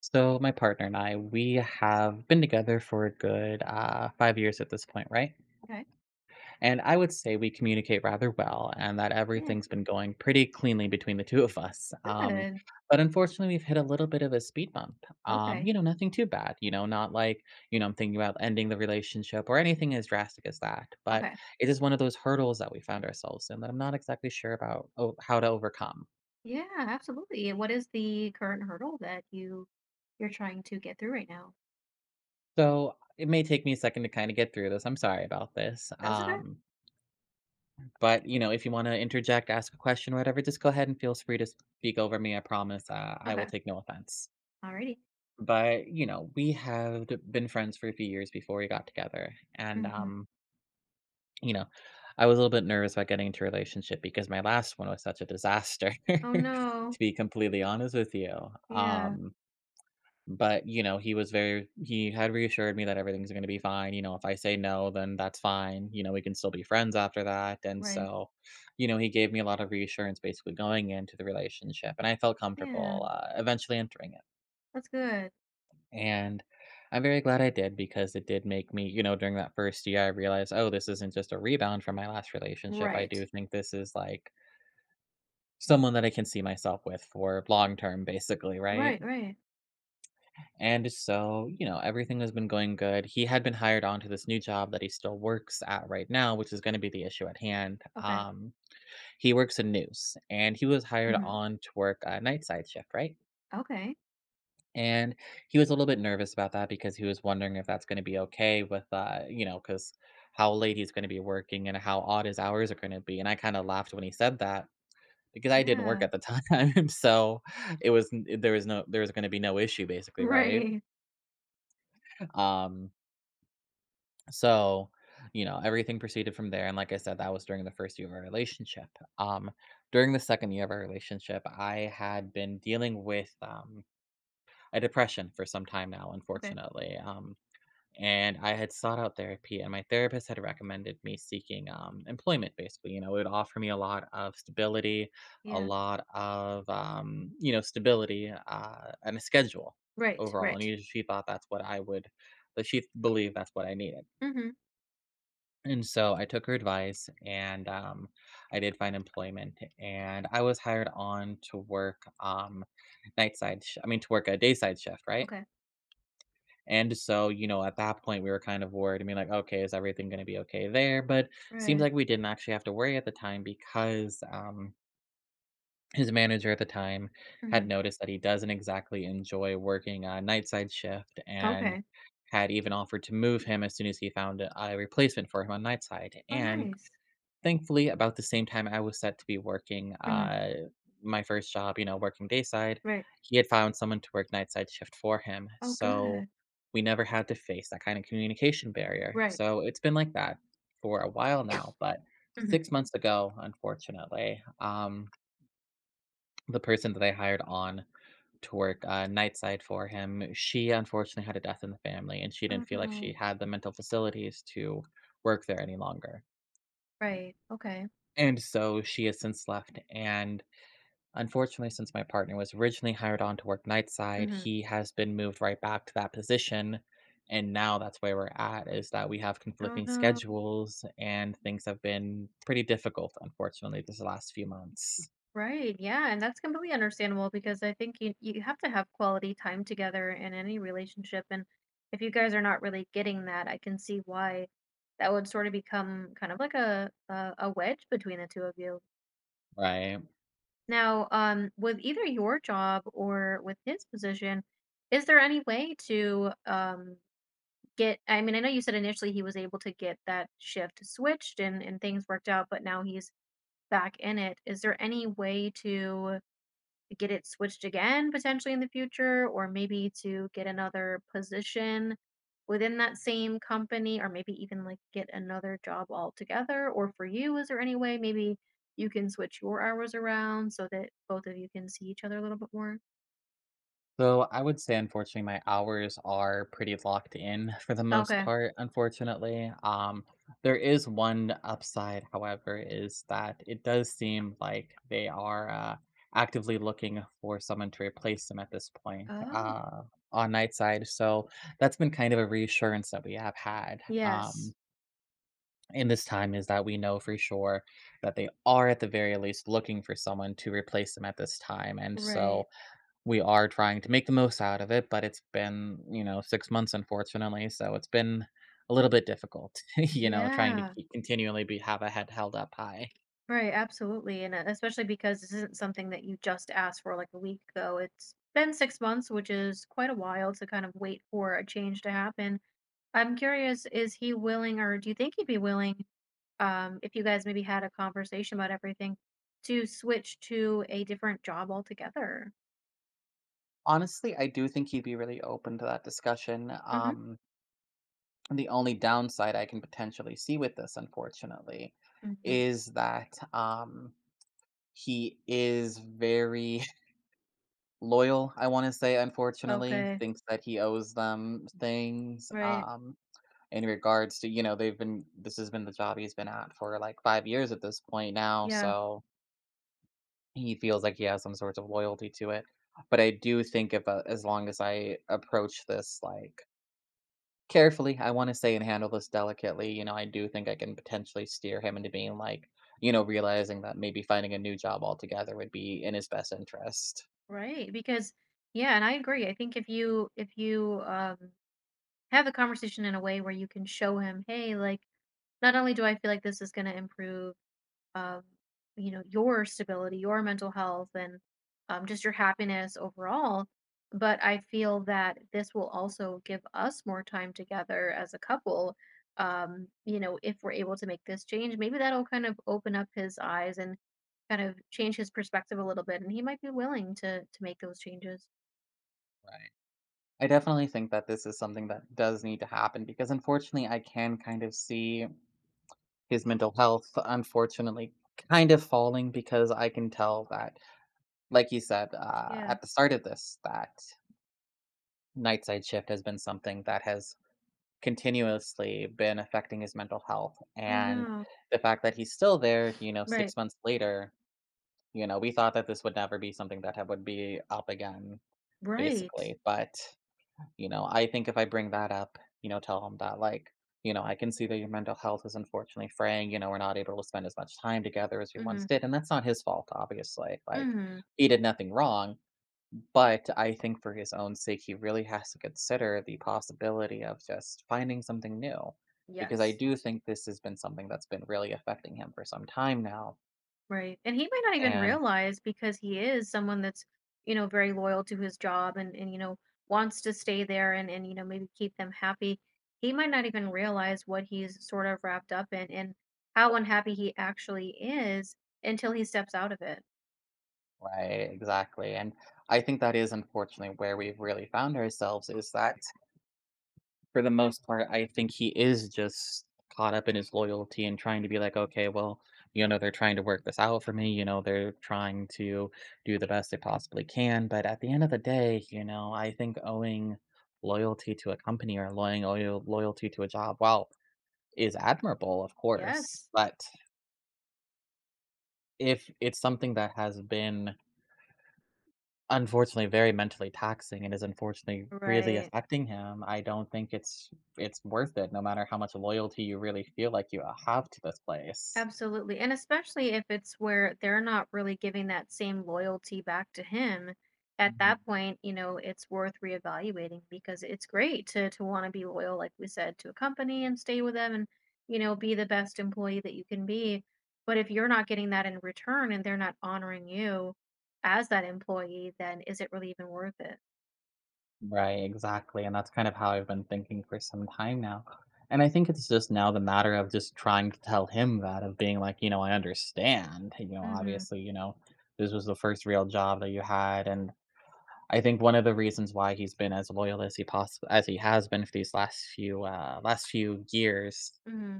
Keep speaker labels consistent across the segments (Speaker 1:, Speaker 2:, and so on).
Speaker 1: So my partner and I, we have been together for a good 5 years at this point, right?
Speaker 2: Okay.
Speaker 1: And I would say we communicate rather well, and that
Speaker 2: Yeah.
Speaker 1: everything's been going pretty cleanly between the two of us.
Speaker 2: Good.
Speaker 1: But unfortunately, we've hit a little bit of a speed bump.
Speaker 2: Okay.
Speaker 1: You know, nothing too bad. You know, not like you know I'm thinking about ending the relationship or anything as drastic as that. But
Speaker 2: Okay.
Speaker 1: it is one of those hurdles that we found ourselves in that I'm not exactly sure about how to overcome.
Speaker 2: Yeah, absolutely. What is the current hurdle that you're trying to get through right now?
Speaker 1: So it may take me a second to kind of get through this. I'm sorry about this.
Speaker 2: That's okay.
Speaker 1: But, you know, if you wanna interject, ask a question or whatever, just go ahead and feel free to speak over me, I promise, I will
Speaker 2: Okay.
Speaker 1: take no offense.
Speaker 2: Alrighty.
Speaker 1: But, you know, we had been friends for a few years before we got together, and,
Speaker 2: Hmm.
Speaker 1: you know, I was a little bit nervous about getting into a relationship because my last one was such a disaster,
Speaker 2: Oh no.
Speaker 1: to be completely honest with you.
Speaker 2: Yeah.
Speaker 1: Um but, you know, he was very he had reassured me that everything's gonna be fine, you know, if I say no, then that's fine, you know, we can still be friends after that, and
Speaker 2: Right.
Speaker 1: so, you know, he gave me a lot of reassurance basically going into the relationship, and I felt
Speaker 2: Yeah.
Speaker 1: comfortable, eventually entering it,
Speaker 2: That's good.
Speaker 1: and I'm very glad I did because it did make me you know, during that first year, I realized, "Oh, this isn't just a rebound from my last relationship." I
Speaker 2: Right.
Speaker 1: do think this is, like, someone that I can see myself with for long term, basically, right?
Speaker 2: Right. Right.
Speaker 1: And so, you know, everything has been going good. He had been hired on to this new job that he still works at right now, which is going to be the issue at hand.
Speaker 2: Okay.
Speaker 1: He works in news and he was hired
Speaker 2: Hmm.
Speaker 1: on to work a night side shift, right?
Speaker 2: Okay.
Speaker 1: And he was a little bit nervous about that because he was wondering if that's going to be okay with, you know, because how late he's going to be working and how odd his hours are going to be. And I kind of laughed when he said that because I didn't work
Speaker 2: Yeah.
Speaker 1: at the time. So it was, there was no, there was going to be no issue basically, right?
Speaker 2: Right.
Speaker 1: Um, So, you know, everything proceeded from there. And like I said, that was during the first year of our relationship. Um, during the second year of our relationship, I had been dealing with a depression for some time now,
Speaker 2: Okay.
Speaker 1: unfortunately. And I had sought out therapy, and my therapist had recommended me seeking employment. Basically, you know, it would offer me a lot of stability, a
Speaker 2: Yeah.
Speaker 1: lot of you know stability and a schedule
Speaker 2: Right.
Speaker 1: overall.
Speaker 2: Right.
Speaker 1: And she thought that she believed that's what I needed.
Speaker 2: Hmm.
Speaker 1: And so I took her advice and I did find employment and I was hired on to work I mean, to work a day side shift, right?
Speaker 2: Okay.
Speaker 1: And so, you know, at that point, we were kind of worried. I mean, like, okay, is everything going to be okay there? But seems
Speaker 2: Right.
Speaker 1: like we didn't actually have to worry at the time because his manager at the time
Speaker 2: Hmm.
Speaker 1: had noticed that he doesn't exactly enjoy working a night side shift and
Speaker 2: Okay.
Speaker 1: had even offered to move him as soon as he found a replacement for him on night side.
Speaker 2: Oh,
Speaker 1: And
Speaker 2: nice.
Speaker 1: Thankfully, about the same time I was set to be working,
Speaker 2: Hmm.
Speaker 1: my first job, you know, working dayside,
Speaker 2: Right.
Speaker 1: he had found someone to work nightside shift for him,
Speaker 2: Oh,
Speaker 1: so
Speaker 2: good.
Speaker 1: we never had to face that kind of communication barrier,
Speaker 2: Right.
Speaker 1: so it's been like that for a while now, but
Speaker 2: Hmm.
Speaker 1: 6 months ago, unfortunately, the person that I hired on to work, nightside for him, she unfortunately had a death in the family, and she
Speaker 2: Oh
Speaker 1: didn't feel like
Speaker 2: no.
Speaker 1: she had the mental facilities to work there any longer.
Speaker 2: Right. Okay.
Speaker 1: And so she has since left, and unfortunately, since my partner was originally hired on to work nightside,
Speaker 2: Hmm.
Speaker 1: he has been moved right back to that position, and now that's where we're at, is that we have
Speaker 2: Oh
Speaker 1: conflicting
Speaker 2: no.
Speaker 1: schedules, and things have been pretty difficult, unfortunately, this last few months,
Speaker 2: Right. Yeah, and that's completely understandable because I think you have to have quality time together in any relationship, and if you guys are not really getting that, I can see why that would sort of become kind of like a wedge between the two of you.
Speaker 1: right?
Speaker 2: Now, with either your job or with his position, is there any way to get? I mean, I know you said initially he was able to get that shift switched and things worked out, but now he's back in it, is there any way to get it switched again potentially in the future or maybe to get another position within that same company or maybe even like get another job altogether? Or for you, is there any way maybe you can switch your hours around so that both of you can see each other a little bit more?
Speaker 1: So I would say, unfortunately, my hours are pretty locked in for the most
Speaker 2: Okay.
Speaker 1: part, unfortunately. There is one upside, however, is that it does seem like they are actively looking for someone to replace them at this point
Speaker 2: Oh,
Speaker 1: on night side. So that's been kind of a reassurance that we have had
Speaker 2: yes.
Speaker 1: in this time is that we know for sure that they are at the very least looking for someone to replace them at this time. And so
Speaker 2: Right.
Speaker 1: we are trying to make the most out of it, but it's been, you know, 6 months, unfortunately, so it's been a little bit difficult, you know, trying to
Speaker 2: Yeah.
Speaker 1: keep continually be have a head held up high.
Speaker 2: Right, absolutely, and, especially because this isn't something that you just asked for, like, a week ago, it's been 6 months, which is quite a while to kind of wait for a change to happen. I'm curious, is he willing or do you think he'd be willing, if you guys maybe had a conversation about everything, to switch to a different job altogether?
Speaker 1: Honestly, I do think he'd be really open to that discussion,
Speaker 2: Mhm.
Speaker 1: the only downside I can potentially see with this, unfortunately,
Speaker 2: Mhm.
Speaker 1: is that, he is very loyal, I wanna say, unfortunately,
Speaker 2: Okay,
Speaker 1: thinks that he owes them things,
Speaker 2: right.
Speaker 1: in regards to, you know, they've been this has been the job he's been at for like 5 years at this point now,
Speaker 2: Yeah,
Speaker 1: so he feels like he has some sorts of loyalty to it. But I do think if as long as I approach this like carefully, I want to say and handle this delicately, you know, I do think I can potentially steer him into being like, you know, realizing that maybe finding a new job altogether would be in his best interest.
Speaker 2: right, because yeah, and I agree, I think if you, have the conversation in a way where you can show him, "Hey, like" not only do I feel like this is gonna improve, um, your stability, your mental health, and, just your happiness overall, but I feel that this will also give us more time together as a couple. If we're able to make this change, maybe that'll kind of open up his eyes and kind of change his perspective a little bit, and he might be willing to make those changes.
Speaker 1: Right. I definitely think that this is something that does need to happen because unfortunately I can kind of see his mental health, unfortunately, kind of falling because I can tell that, like you said
Speaker 2: Yeah.
Speaker 1: at the start of this, that nightside shift has been something that has continuously been affecting his mental health.
Speaker 2: Oh,
Speaker 1: And
Speaker 2: no.
Speaker 1: the fact that he's still there, you know,
Speaker 2: Right.
Speaker 1: 6 months later, you know, we thought that this would never be something that would be up again,
Speaker 2: Right.
Speaker 1: basically. But You know, I think if I bring that up, you know, tell them that, like, you know, I can see that your mental health is unfortunately fraying. You know, we're not able to spend as much time together as we once
Speaker 2: Mhm.
Speaker 1: did. And that's not his fault, obviously. Like,
Speaker 2: Mhm.
Speaker 1: he did nothing wrong. But I think for his own sake, he really has to consider the possibility of just finding something new. Because I
Speaker 2: Yes.
Speaker 1: do think this has been something that's been really affecting him for some time now.
Speaker 2: Right. And he might not even
Speaker 1: And
Speaker 2: realize because he is someone that's, you know, very loyal to his job and wants to stay there and maybe keep them happy. He might not even realize what he's sort of wrapped up in and how unhappy he actually is until he steps out of it.
Speaker 1: Right, exactly. And I think that is unfortunately where we've really found ourselves is that for the most part, I think he is just caught up in his loyalty and trying to be like, okay, well, you know, they're trying to work this out for me. You know, they're trying to do the best they possibly can. But at the end of the day, you know, I think owing loyalty to a company or owing loyalty to a job, wow, is admirable, of course.
Speaker 2: Yes.
Speaker 1: But if it's something that has been unfortunately, very mentally taxing and is unfortunately really
Speaker 2: Right.
Speaker 1: affecting him. I don't think it's worth it no matter how much loyalty you really feel like you, have to this place.
Speaker 2: Absolutely. And especially if it's where they're not really giving that same loyalty back to him, at
Speaker 1: Mhm.
Speaker 2: that point, you know, it's worth reevaluating because it's great to want to be loyal, like we said, to a company and stay with them and be the best employee that you can be. But if you're not getting that in return and they're not honoring you as that employee, then is it really even worth it?
Speaker 1: Right, exactly, and that's kind of how I've been thinking for some time now, and I think it's just now the matter of just trying to tell him that, of being like, you know, "I understand, you know,
Speaker 2: Mm-hmm.
Speaker 1: obviously, you know, this was the first real job that you had," and I think one of the reasons why he's been as loyal as he possi as he has been for these last few years
Speaker 2: Mm-hmm.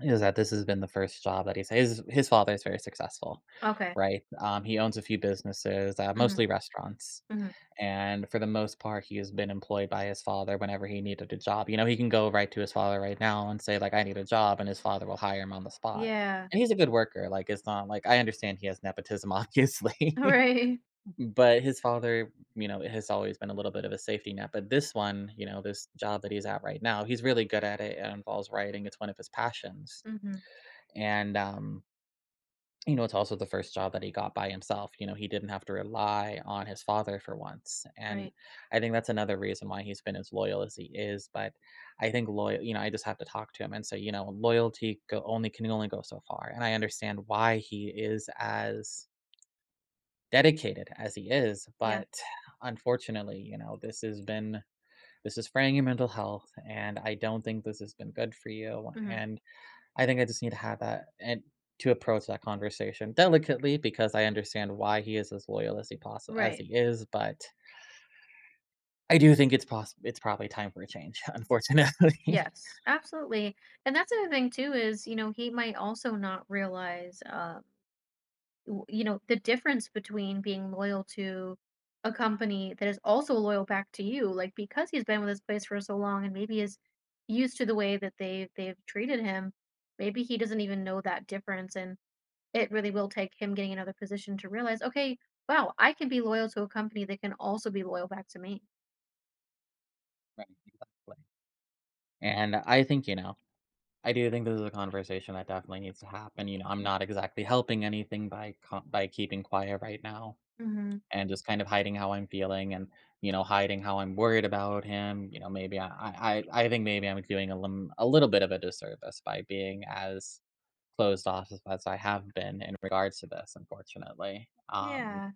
Speaker 1: is that this has been the first job that he's his father is very successful,
Speaker 2: Okay.
Speaker 1: right? He owns a few businesses,
Speaker 2: Mm-hmm.
Speaker 1: mostly restaurants,
Speaker 2: Mm-hmm.
Speaker 1: and for the most part, he has been employed by his father whenever he needed a job. You know, he can go right to his father right now and say like, "I need a job," and his father will hire him on the spot.
Speaker 2: Yeah.
Speaker 1: And he's a good worker. Like, it's not like I understand he has nepotism, obviously,
Speaker 2: Right.
Speaker 1: but his father, you know, has always been a little bit of a safety net. But this one, you know, this job that he's at right now, he's really good at it. It involves writing. It's one of his passions
Speaker 2: Mm-hmm.
Speaker 1: and you know it's also the first job that he got by himself you know he didn't have to rely on his father for once and
Speaker 2: Right.
Speaker 1: I think that's another reason why he's been as loyal as he is but I think loyal you know I just have to talk to him and say you know loyalty go only can only go so far and I understand why he is as dedicated as he is
Speaker 2: Yeah.
Speaker 1: but unfortunately you know this has been this is fraying your mental health and I don't think this has been good for you
Speaker 2: Mm-hmm.
Speaker 1: and I think I just need to have that and to approach that conversation delicately because I understand why he is as loyal as he possible as
Speaker 2: Right.
Speaker 1: he is, but I do think it's possible. It's probably time for a change, unfortunately.
Speaker 2: Yes, absolutely. And that's the other thing too is, you know, he might also not realize, the difference between being loyal to a company that is also loyal back to you, like because he's been with this place for so long and maybe is used to the way that they've treated him, maybe he doesn't even know that difference and it really will take him getting another position to realize, okay, wow, I can be loyal to a company that can also be loyal back to me.
Speaker 1: Right, exactly. And I think, you know, I do think this is a conversation that definitely needs to happen, you know, I'm not exactly helping anything by co by keeping quiet right now.
Speaker 2: Mm-hmm.
Speaker 1: And just kind of hiding how I'm feeling and, you know, hiding how I'm worried about him. You know, maybe I think maybe I'm doing a little bit of a disservice by being as closed off as I have been in regards to this, unfortunately.
Speaker 2: Yeah.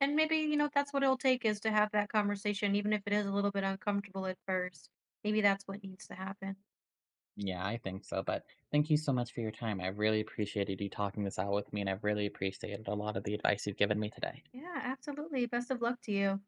Speaker 2: And maybe, you know, that's what it'll take is to have that conversation, even if it is a little bit uncomfortable at first. Maybe that's what needs to happen.
Speaker 1: Yeah, I think so. But thank you so much for your time. I really appreciated you talking this out with me and I've really appreciated a lot of the advice you've given me today.
Speaker 2: Yeah, absolutely. Best of luck to you.